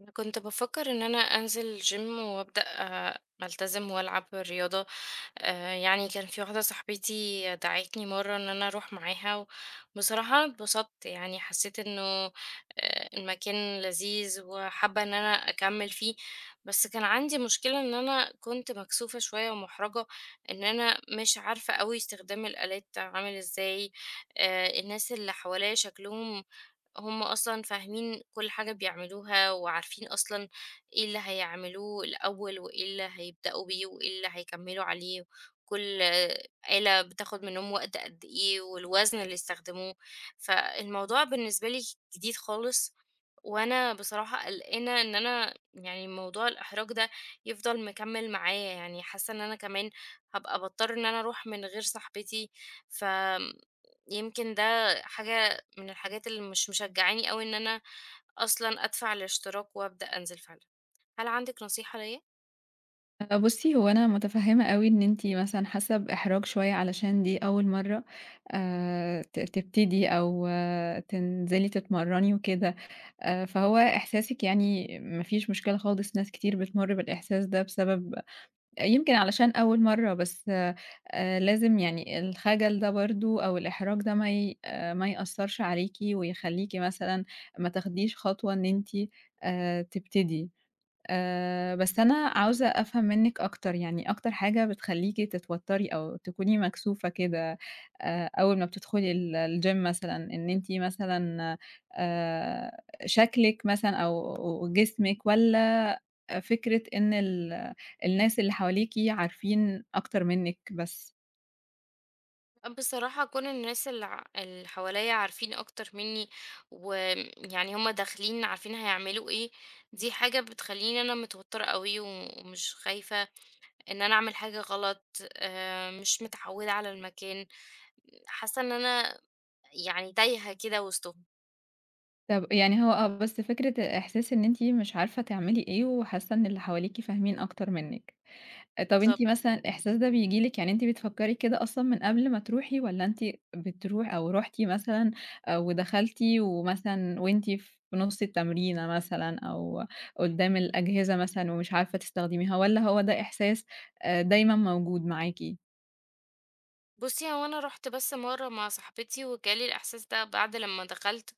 أنا كنت بافكر إن أنا أنزل gym وأبدأ ألتزم وألعب رياضة، يعني كان في واحدة صاحبتي دعتني مرّة إن أنا أروح معاها، وبصراحة اتبسطت يعني حسيت إنه المكان لذيذ وحابة إن أنا أكمّل فيه، بس كان عندي مشكلة إن أنا كنت مكسوفة شوية ومُحرَجة إن أنا مش عارفة أوي استخدام الآلات عامل إزاي، الناس اللي حواليّا شكلهم هم أصلًا فاهمين كل حاجة بيعملوها، وعارفين أصلًا إيه اللي هيعملوه الأول، وإيه اللي هيبدأوا بيه، وإيه اللي هيكمّلوا عليه، كل آلة بتاخد منّهم وقت قد إيه، والوزن اللي يستخدموه، فالموضوع بالنسبة لي جديد خالص، وأنا بصراحة قلقانة إن أنا يعني موضوع الإحراج ده يفضل مكمّل معايا، يعني حاسة إن أنا كمان هابقى باضطر إن أنا أروح من غير صاحبتي، فآمم يمكن ده حاجة من الحاجات اللي مش مشجعاني أوي إن أنا أصلًا أدفع الاشتراك وأبدأ أنزل فعلًا. هل عندِك نصيحة ليّا؟ بُصّي، هو أنا متفهّمة أوي إن أنتِ مثلًا حاسة بإحراج شوية علشان دي أول مرّة ت تبتدي أو تنزلي تتمرّني وكده. فهو إحساسِك يعني ما فيش مشكلة خالص، ناس كتير بتمُر بالإحساس ده بسبب يمكن علشان أول مرّة، بس لازم يعني الخجل ده برضه أو الإحراج ده ما ي آه، ما يأثّرش عليكِ ويخلّيكِ مثلًا ما تاخديش خطوة إن أنتِ تبتدي. بس أنا عاوزة أفهم منِّك أكتر، يعني أكتر حاجة بتخلّيكِ تتوتّري أو تكوني مكسوفة كده أول ما بتدخلي الgym مثلًا، إن أنتِ مثلًا آآ، شكلِك مثلًا أو جسمِك والّا فكرة إن الناس اللي حواليكِ عارفين أكتر منِّك بس؟ بصراحة كون الناس اللي اللي حواليّا عارفين أكتر منّي ويعني هُم داخلين عارفين هيعملوا إيه، دي حاجة بتخلّيني أنا متوترة أوي ومش خايفة إن أنا أعمل حاجة غلط، مش متعودة على المكان، حاسة إن أنا يعني تايهة كده وسطهم. طَب يعني هو بس فكرة إحساس إن أنتِ مش عارفة تعملي إيه وحاسة إن اللي حواليكِ فاهمين أكتر منِّك. طَب أنتِ بالضبط. مثلًا الإحساس ده بييجي لِك، يعني أنتِ بتفكّري كده أصلًا من قبل ما تروحي، والّا أنتِ بتروحي أو رُحتِ مثلًا ودخلتِ ومثلًا وأنتِ في نُص التمرينة مثلًا أو قدّام الأجهزة مثلًا ومش عارفة تستخدميها، والّا هو ده إحساس دايمًا موجود معاكِ؟ بُصّي، هو أنا رُحت بس مرّة مع صاحبتي وجالي الإحساس ده بعد لمّا دخلت،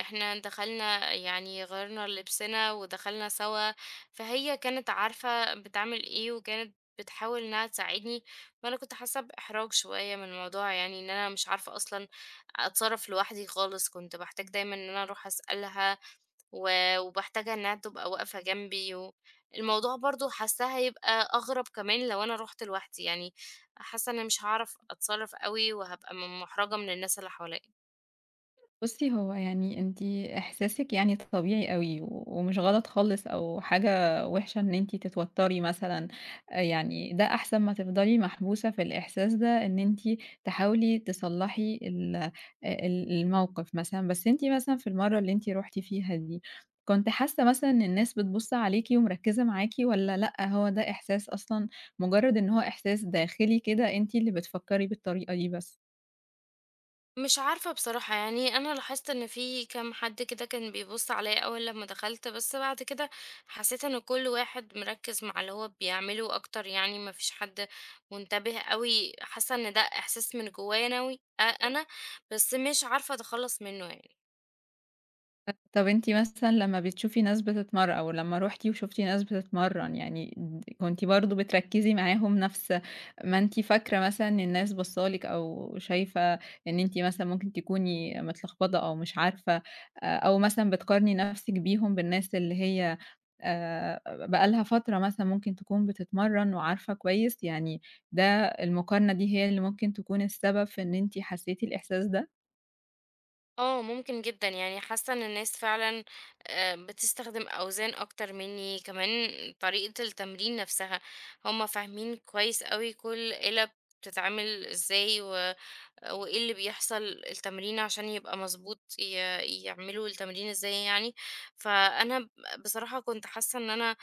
إحنا دخلنا يعني غيّرنا لبسنا ودخلنا سوا، فهي كانت عارفة بتعمل إيه وكانت بتحاول إنها تساعدني، وأنا كنت حاسة بإحراج شوية من الموضوع يعني إن أنا مش عارفة أصلًا أتصرّف لوحدي خالص، كنت باحتاج دايمًا إن أنا أروح أسألها و وباحتاجها إنها تبقى واقفة جنبي، و الموضوع برضه حاساه هيبقى أغرب كمان لو أنا رُحت لوحدي، يعني حاسة إن أنا مش هاعرف أتصرّف أوي وهابقى مُحرجة من الناس اللي حواليّا. بُصّي، هو يعني أنتِ إحساسِك يعني طبيعي أوي، و ومش غلط خالص أو حاجة وِحشة إن أنتِ تتوتّري مثلًا. يعني ده أحسن ما تفضلي محبوسة في الإحساس ده، إن أنتِ تحاولي تصلّحي ال الموقف مثلًا. بس أنتِ مثلًا في المَرّة اللي أنتِ رُحتِ فيها دي، كنتِ حاسة مثلًا إن الناس بتبُص عليكِ ومركّزة معاكِ، والّا لأ، هو ده إحساس أصلًا مُجرّد، إن هو إحساس داخلي كده أنتِ اللي بتفكّري بالطريقة دي بس؟ مش عارفة بصراحة، يعني أنا لاحظت إن في كام حد كده كان بيبص عليا أول لما دخلت، بس بعد كده حسيت إن كل واحد مركز مع اللي هو بيعمله أكتر، يعني مفيش حد منتبه قوي. حاسة إن ده إحساس من جوايا ناوي أنا بس مش عارفة أتخلص منه يعني. طب أنتِ مثلًا لمّا بتشوفي ناس بتتمر أو لمّا رُحتِ وشُفتِ ناس بتتمرّن، يعني كنتِ برضه بتركّزي معاهم نفس ما أنتِ فاكرة مثلًا ان الناس باصّة لِك، أو شايفة إن أنتِ مثلًا ممكن تكوني متلخبطة أو مش عارفة أو مثلًا بتقارني نفسِك بيهم، بالناس اللي هي آآ بقى لها فترة مثلًا ممكن تكون بتتمرّن وعارفة كويس، يعني ده المقارنة دي هي اللي ممكن تكون السبب في إن أنتِ حسّيتِ الإحساس ده؟ اه ممكن جدا، يعني حاسة إن الناس فعلا آه، بتستخدم أوزان أكتر مني، كمان طريقة التمرين نفسها هما فاهمين كويس قوي، كل قلب بتتعمل ازاي وإيه اللي بيحصل التمرين عشان يبقى مظبوط، يعملوا التمرين إزاي يعني، فأنا ب بصراحة كنت حاسة إن أنا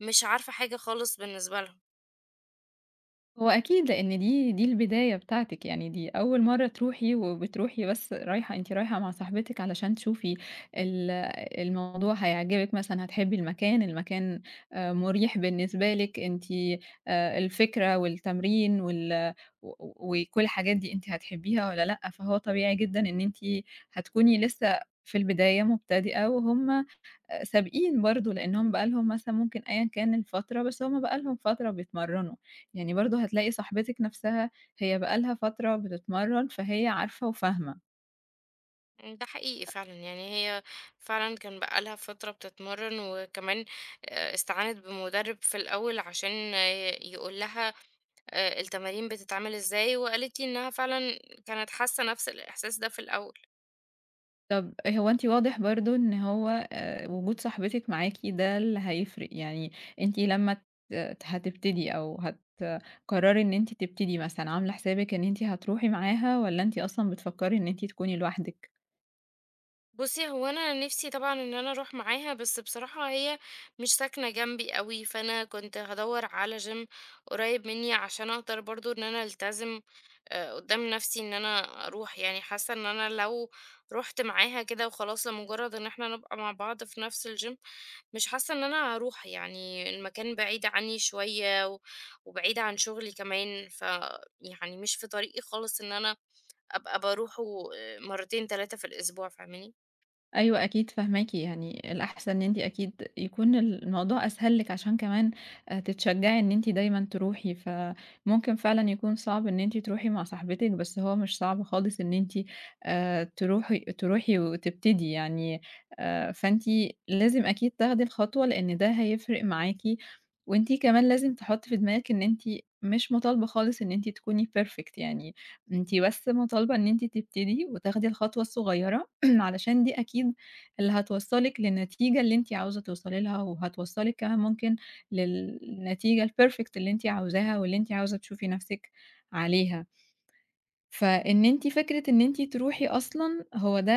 مش عارفة حاجة خالص بالنسبة لهم. هو أكيد، لإن دي البداية بتاعتِك، يعني دي أول مرّة تروحي، وبتروحي بس رايحة، أنتِ رايحة مع صاحبتِك علشان تشوفي ال الموضوع هيعجبِك مثلًا، هتحبي المكان، المكان مُريح بالنسبة لِك، أنتِ الفكرة والتمرين و وكل الحاجات دي أنتِ هتحبيها والّا لأ. فهو طبيعي جدًا إن أنتِ هتكوني لسه في البداية مبتدئة، وهُم سابقين برضه، لأنهم بقى لهم مثلًا ممكن أيًا كان الفترة، بس هم بقى لهم فترة بيتمرّنوا. يعني برضه هتلاقي صاحبتِك نَفْسها هي بقى لها فترة بتتمرّن، فهي عارفة وفاهمة. ده حقيقي فعلًا، يعني هي فعلًا كان بقى لها فترة بتتمرّن، وكمان استعانت بمُدرِّب في الأول عشان يقول لها التمارين بتتعمل إزاي، وقالت لي إنها فعلًا كانت حاسة نَفْس الإحساس ده في الأول. طَب هو أنتِ واضح برضه إن هو وجود صاحبتِك معاكِ ده اللي هيفرق، يعني أنتِ لمّا هتبتدي أو هتقرّري إن أنتِ تبتدي مثلًا، عاملة حسابِك إن أنتِ هتروحي معاها، والّا أنتِ أصلًا بتفكّري إن أنتِ تكوني لوحدِك؟ بُصّي، هو أنا نِفْسي طبعًا إن أنا أروح معاها، بس بصراحة هي مش ساكنة جنبي أوي، فأنا كنت هادوّر على gym قريب منّي عشان أقدر برضه إن أنا ألتزم قُدّام نَفْسي إن أنا أروح، يعني حاسّة إن أنا لو رُحت معاها كده وخلاص لمُجرّد إن إحنا نبقى مع بعض في نَفْس الgym، مش حاسّة إن أنا هاروح، يعني المكان بعيد عني شوية وبعيد عن شُغلي كمان، يعني مش في طريقي خالص إن أنا أبقى باروحه مرّتين، 3 في الأسبوع، فاهماني؟ أيوه أكيد فاهماكِ، يعني الأحسن إن أنتِ أكيد يكون الموضوع أسهل لِك عشان كمان تتشجّعي إن أنتِ دايمًا تروحي. فممكن فعلًا يكون صعب إن أنتِ تروحي مع صاحبتِك، بس هو مش صعب خالص إن أنتِ تروحي وتبتدي يعني. فأنتِ لازم أكيد تاخدي الخطوة، لإن ده هيفرق معاكِ. وأنتِ كمان لازم تحطّي في دماغِك إن أنتِ مش مطالبة خالص إن أنتِ تكوني perfect يعني. أنتِ بس مطالبة إن أنتِ تبتدي وتاخدي الخطوة الصغيّرة، علشان دي أكيد اللي هتوصّلِك للنتيجة اللي أنتِ عاوزة توصلي لها، وهتوصّلِك كمان ممكن للنتيجة الperfect اللي أنتِ عاوزاها، واللي أنتِ عاوزة تشوفي نَفْسِك عليها. فإن أنتِ فكرة إن أنتِ تروحي أصلًا، هو ده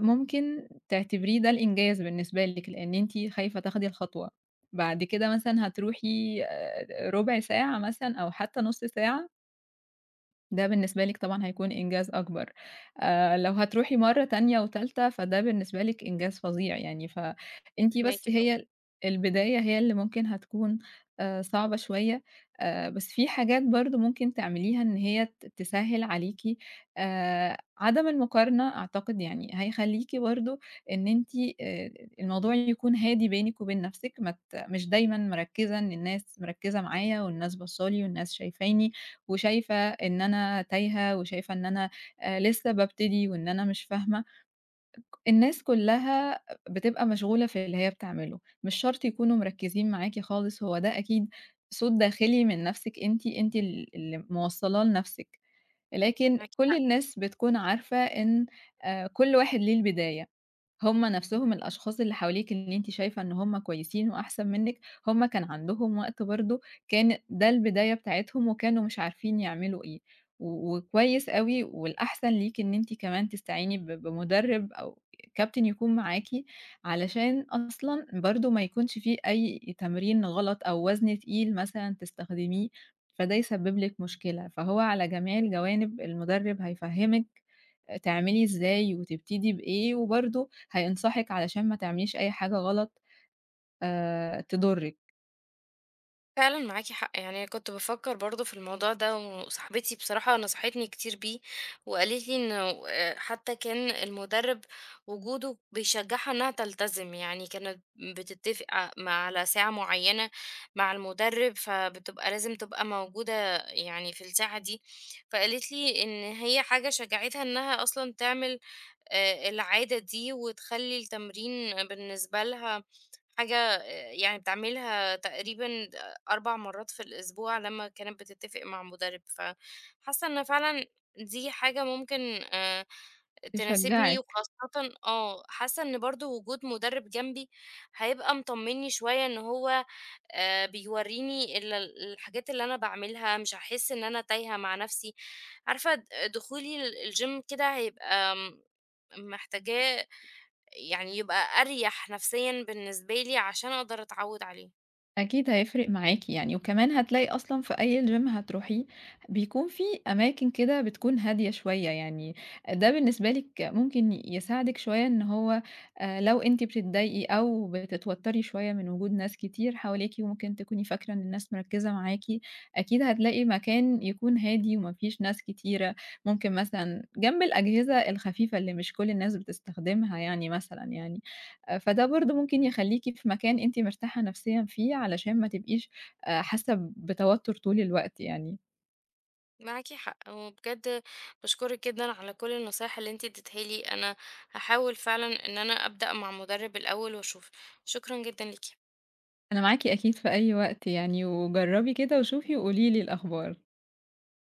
ممكن تعتبريه ده الإنجاز بالنسبة لِك، لإن أنتِ خايفة تاخدي الخطوة. بعد كده مثلًا هتروحي رُبع ساعة مثلًا أو حتى نُص ساعة، ده بالنسبة لِك طبعًا هيكون إنجاز أكبر. لو هتروحي مرّة تانية وتالتة، فده بالنسبة لِك إنجاز فظيع يعني. فأنتِ فاهماكِ. بس هي البداية هي اللي ممكن هتكون صعبة شوية. بس في حاجات برضه ممكن تعمليها إن هي تسهِّل عليكِ. عدم المقارنة أعتقد يعني هيخلّيكِ برضه إن أنتِ آآ الموضوع يكون هادي بينِك وبين نَفْسِك، ما ت مش دايمًا مركِّزة إن الناس مركِّزة معايا والناس باصّة لي والناس شايفاني. وشايفة إن أنا تايهة، وشايفة إن أنا لسه بابتدي وإن أنا مش فاهمة. الناس كلّها بتبقى مشغولة في اللي هي بتعمله، مش شرط يكونوا مركّزين معاكِ خالص، هو ده أكيد صوت داخلي من نَفْسِك أنتِ، أنتِ اللي موصّلاه لنَفْسِك. لكن معاكِ كل الناس بتكون عارفة إن كل واحد ليه البداية. هُم نَفْسهم الأشخاص اللي حواليكِ اللي أنتِ شايفة إن هُم كويسين وأحسن منِّك، هُم كان عندهم وقت برضه، كان ده البداية بتاعتهم وكانوا مش عارفين يعملوا إيه. و وكويس أوي، والأحسن ليكِ إن أنتِ كمان تستعيني ب بمُدرِّب أو كابتن يكون معاكِ، علشان أصلًا برضه ما يكونش في أي تمرين غلط أو وزن تقيل مثلًا تستخدميه، فده يسبب لِك مشكلة. فهو على جميع الجوانب المُدرّب هيفهّمِك تعملي إزاي وتبتدي بإيه، وبرضه هينصحِك علشان ما تعمليش أي حاجة غلط تضُرِّك، فعلًا. معاكِ حق، يعني كنت بافكّر برضه في الموضوع ده، وصاحبتي بصراحة نصحتني كتير بيه، وقالت لي إنه حتى كان المُدرِّب وجوده بيشجّعها إنها تلتزم، يعني كانت بتتفق ع مع على ساعة معيّنة مع المُدرِّب، فبتبقى لازم تبقى موجودة يعني في الساعة دي، فقالت لي إن هي حاجة شجّعتها إنها أصلًا تعمل العادة دي وتخلّي التمرين بالنسبة لها حاجة يعني بتعملها تقريبًا 4 مرات في الأسبوع لمّا كانت بتتّفق مع مُدرِّب، فحاسة إن فعلًا دي حاجة ممكن آآ تناسبني، تشجّعِك. وخاصةً آه، حاسة إن برضه وجود مُدرِّب جنبي هيبقى مطمّني شوية، إن هو بيورّيني الحاجات اللي أنا باعملها، مش هاحس إن أنا تايهة مع نَفْسي. عارفة دخولي الgym كده هيبقى محتاجاه، يعني يبقى أريح نفسيًا بالنسبة لي عشان أقدر أتعوّد عليه. أكيد هيفرق معاكِ يعني، وكمان هتلاقي أصلًا في أي gym هتروحيه بيكون في أماكن كده بتكون هادية شوية، يعني ده بالنسبة لِك ممكن يساعدِك شوية إن هو لو أنتِ بتتضايقي أو بتتوتري شوية من وجود ناس كتير حواليكِ وممكن تكوني فاكرة إن الناس مركزة معاكِ، أكيد هتلاقي مكان يكون هادي وما فيش ناس كتيرة، ممكن مثلًا جنب الأجهزة الخفيفة اللي مش كل الناس بتستخدمها يعني مثلًا يعني. فده برضه ممكن يخلّيكِ في مكان أنتِ مرتاحة نفسيًا فيه، علشان ما تبقيش حاسة بتوتر طول الوقت يعني. معاكِ حق، وبجد باشكرِك جدًا على كل النصايح اللي أنتِ اديتها لي، أنا هاحاول فعلًا إن أنا أبدأ مع مُدرِّب الأول وأشوف، شكرًا جدًا ليكِ. أنا معاكِ أكيد في أي وقت يعني، وجرّبي كده وشوفي وقولي لي الأخبار.